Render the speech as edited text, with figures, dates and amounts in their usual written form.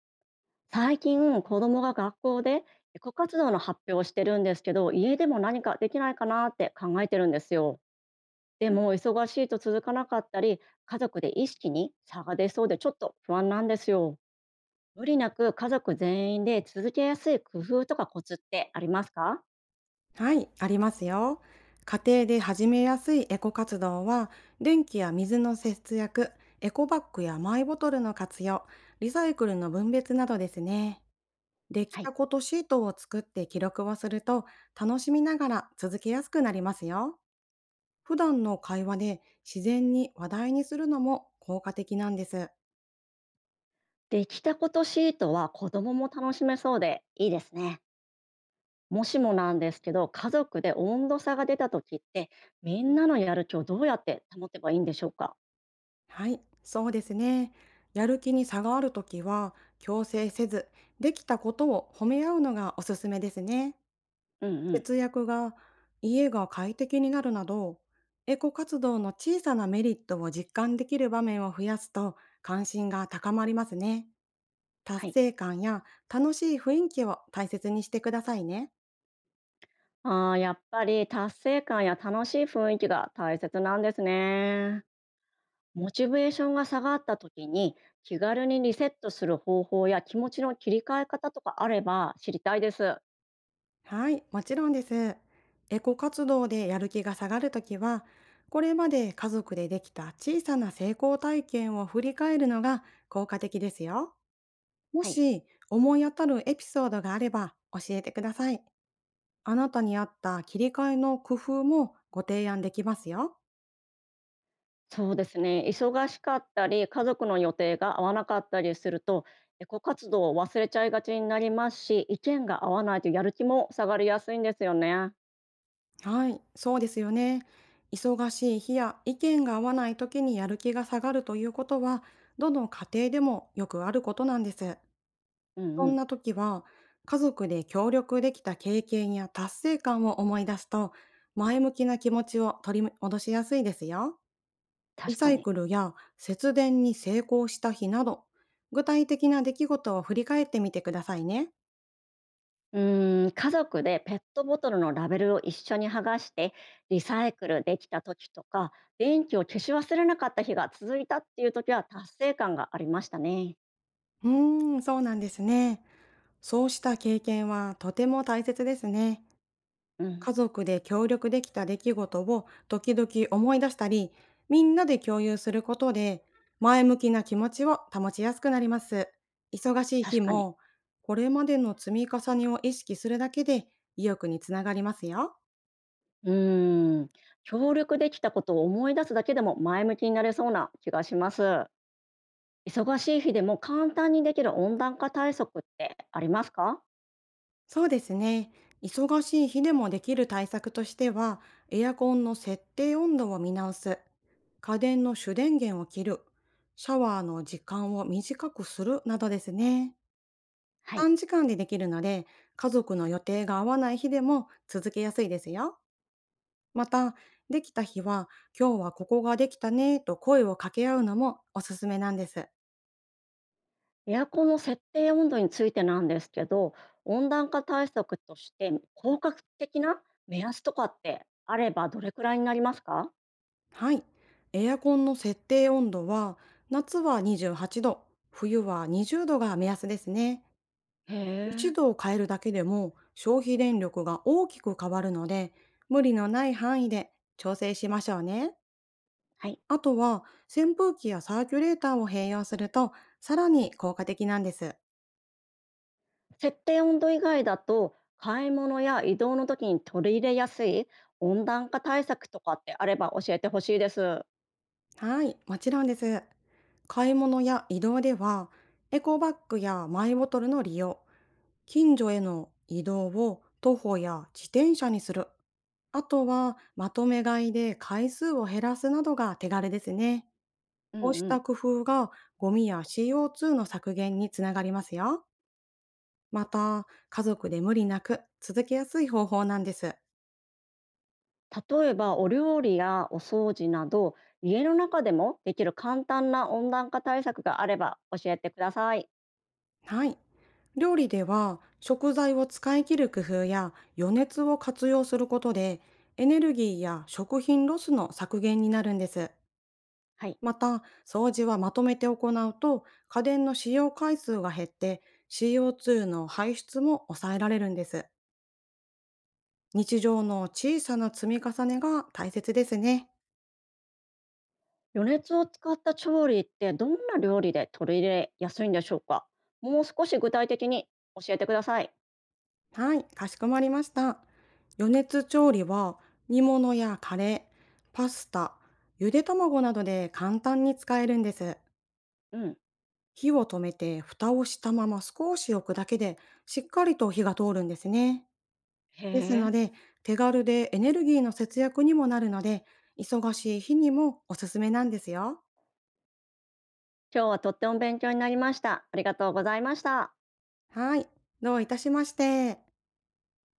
最近子供が学校でエコ活動の発表をしてるんですけど、家でも何かできないかなって考えてるんですよ。でも忙しいと続かなかったり、家族で意識に差が出そうでちょっと不安なんですよ。無理なく家族全員で続けやすい工夫とかコツってありますか？はい、ありますよ。家庭で始めやすいエコ活動は、電気や水の節約、エコバッグやマイボトルの活用、リサイクルの分別などですね。できはたい。ことシートを作って記録をすると、楽しみながら続けやすくなりますよ。普段の会話で自然に話題にするのも効果的なんです。できたことシートは子供も楽しめそうでいいですね。もしもなんですけど、家族で温度差が出た時って、みんなのやる気をどうやって保てばいいんでしょうか？はい、そうですね。やる気に差があるときは、強制せず、できたことを褒め合うのがおすすめですね。うんうん。節約が家が快適になるなど、エコ活動の小さなメリットを実感できる場面を増やすと関心が高まりますね。達はい。成感や楽しい雰囲気を大切にしてくださいね。ああ、やっぱり達成感や楽しい雰囲気が大切なんですね。モチベーションが下がった時に気軽にリセットする方法や気持ちの切り替え方とかあれば知りたいです。はい、もちろんです。エコ活動でやる気が下がるときは、これまで家族でできた小さな成功体験を振り返るのが効果的ですよ。もはい。し思い当たるエピソードがあれば教えてください。あなたに合った切り替えの工夫もご提案できますよ。そうですね。忙しかったり、家族の予定が合わなかったりすると、エコ活動を忘れちゃいがちになりますし、意見が合わないとやる気も下がりやすいんですよね。はい、そうですよね。忙しい日や意見が合わない時にやる気が下がるということは、どの家庭でもよくあることなんです。うんそうんん。な時は、家族で協力できた経験や達成感を思い出すと、前向きな気持ちを取り戻しやすいですよ。リ確サかイに。クルや節電に成功した日など、具体的な出来事を振り返ってみてくださいね。家族でペットボトルのラベルを一緒に剥がしてリサイクルできた時とか、電気を消し忘れなかった日が続いたっていう時は達成感がありましたね。うーん、そうなんですね。そうした経験はとても大切ですね。うん、家族で協力できた出来事を時々思い出したり、みんなで共有することで、前向きな気持ちを保ちやすくなります。忙しい確日かに。も、これまでの積み重ねを意識するだけで意欲につながりますよ。うーん協力できたことを思い出すだけでも前向きになれそうな気がします。忙しい日でも簡単にできる温暖化対策ってありますか？そうですね。忙しい日でもできる対策としては、エアコンの設定温度を見直す、家電の主電源を切る、シャワーの時間を短くするなどですね。はい。短時間でできるので、家族の予定が合わない日でも続けやすいですよ。また、できた日は、今日はここができたねと声を掛け合うのもおすすめなんです。エアコンの設定温度についてなんですけど、温暖化対策として効果的な目安とかってあれば、どれくらいになりますか？はい。エアコンの設定温度は、夏は28度、冬は20度が目安ですね。へえ。1度を変えるだけでも消費電力が大きく変わるので、無理のない範囲で調整しましょうね。はい。あとは、扇風機やサーキュレーターを併用すると、さらに効果的なんです。設定温度以外だと、買い物や移動の時に取り入れやすい温暖化対策とかってあれば教えてほしいです。はい、もちろんです。買い物や移動では、エコバッグやマイボトルの利用、近所への移動を徒歩や自転車にする。あとはまとめ買いで回数を減らすなどが手軽ですね。うこうんしうん。た工夫がゴミや CO2 の削減につながりますよ。また、家族で無理なく続けやすい方法なんです。例えばお料理やお掃除など、家の中でもできる簡単な温暖化対策があれば教えてください。はい。料理では食材を使い切る工夫や余熱を活用することでエネルギーや食品ロスの削減になるんです。はい。また、掃除はまとめて行うと、家電の使用回数が減って、CO2 の排出も抑えられるんです。日常の小さな積み重ねが大切ですね。余熱を使った調理ってどんな料理で取り入れやすいんでしょうか？もう少し具体的に教えてください。はい、かしこまりました。余熱調理は、煮物やカレー、パスタ、ゆで卵などで簡単に使えるんです。うん。火を止めて蓋をしたまま少し置くだけで、しっかりと火が通るんですね。へですのえ。で、手軽でエネルギーの節約にもなるので、忙しい日にもおすすめなんですよ。今日はとっても勉強になりました。ありがとうございました。はい、どういたしまして。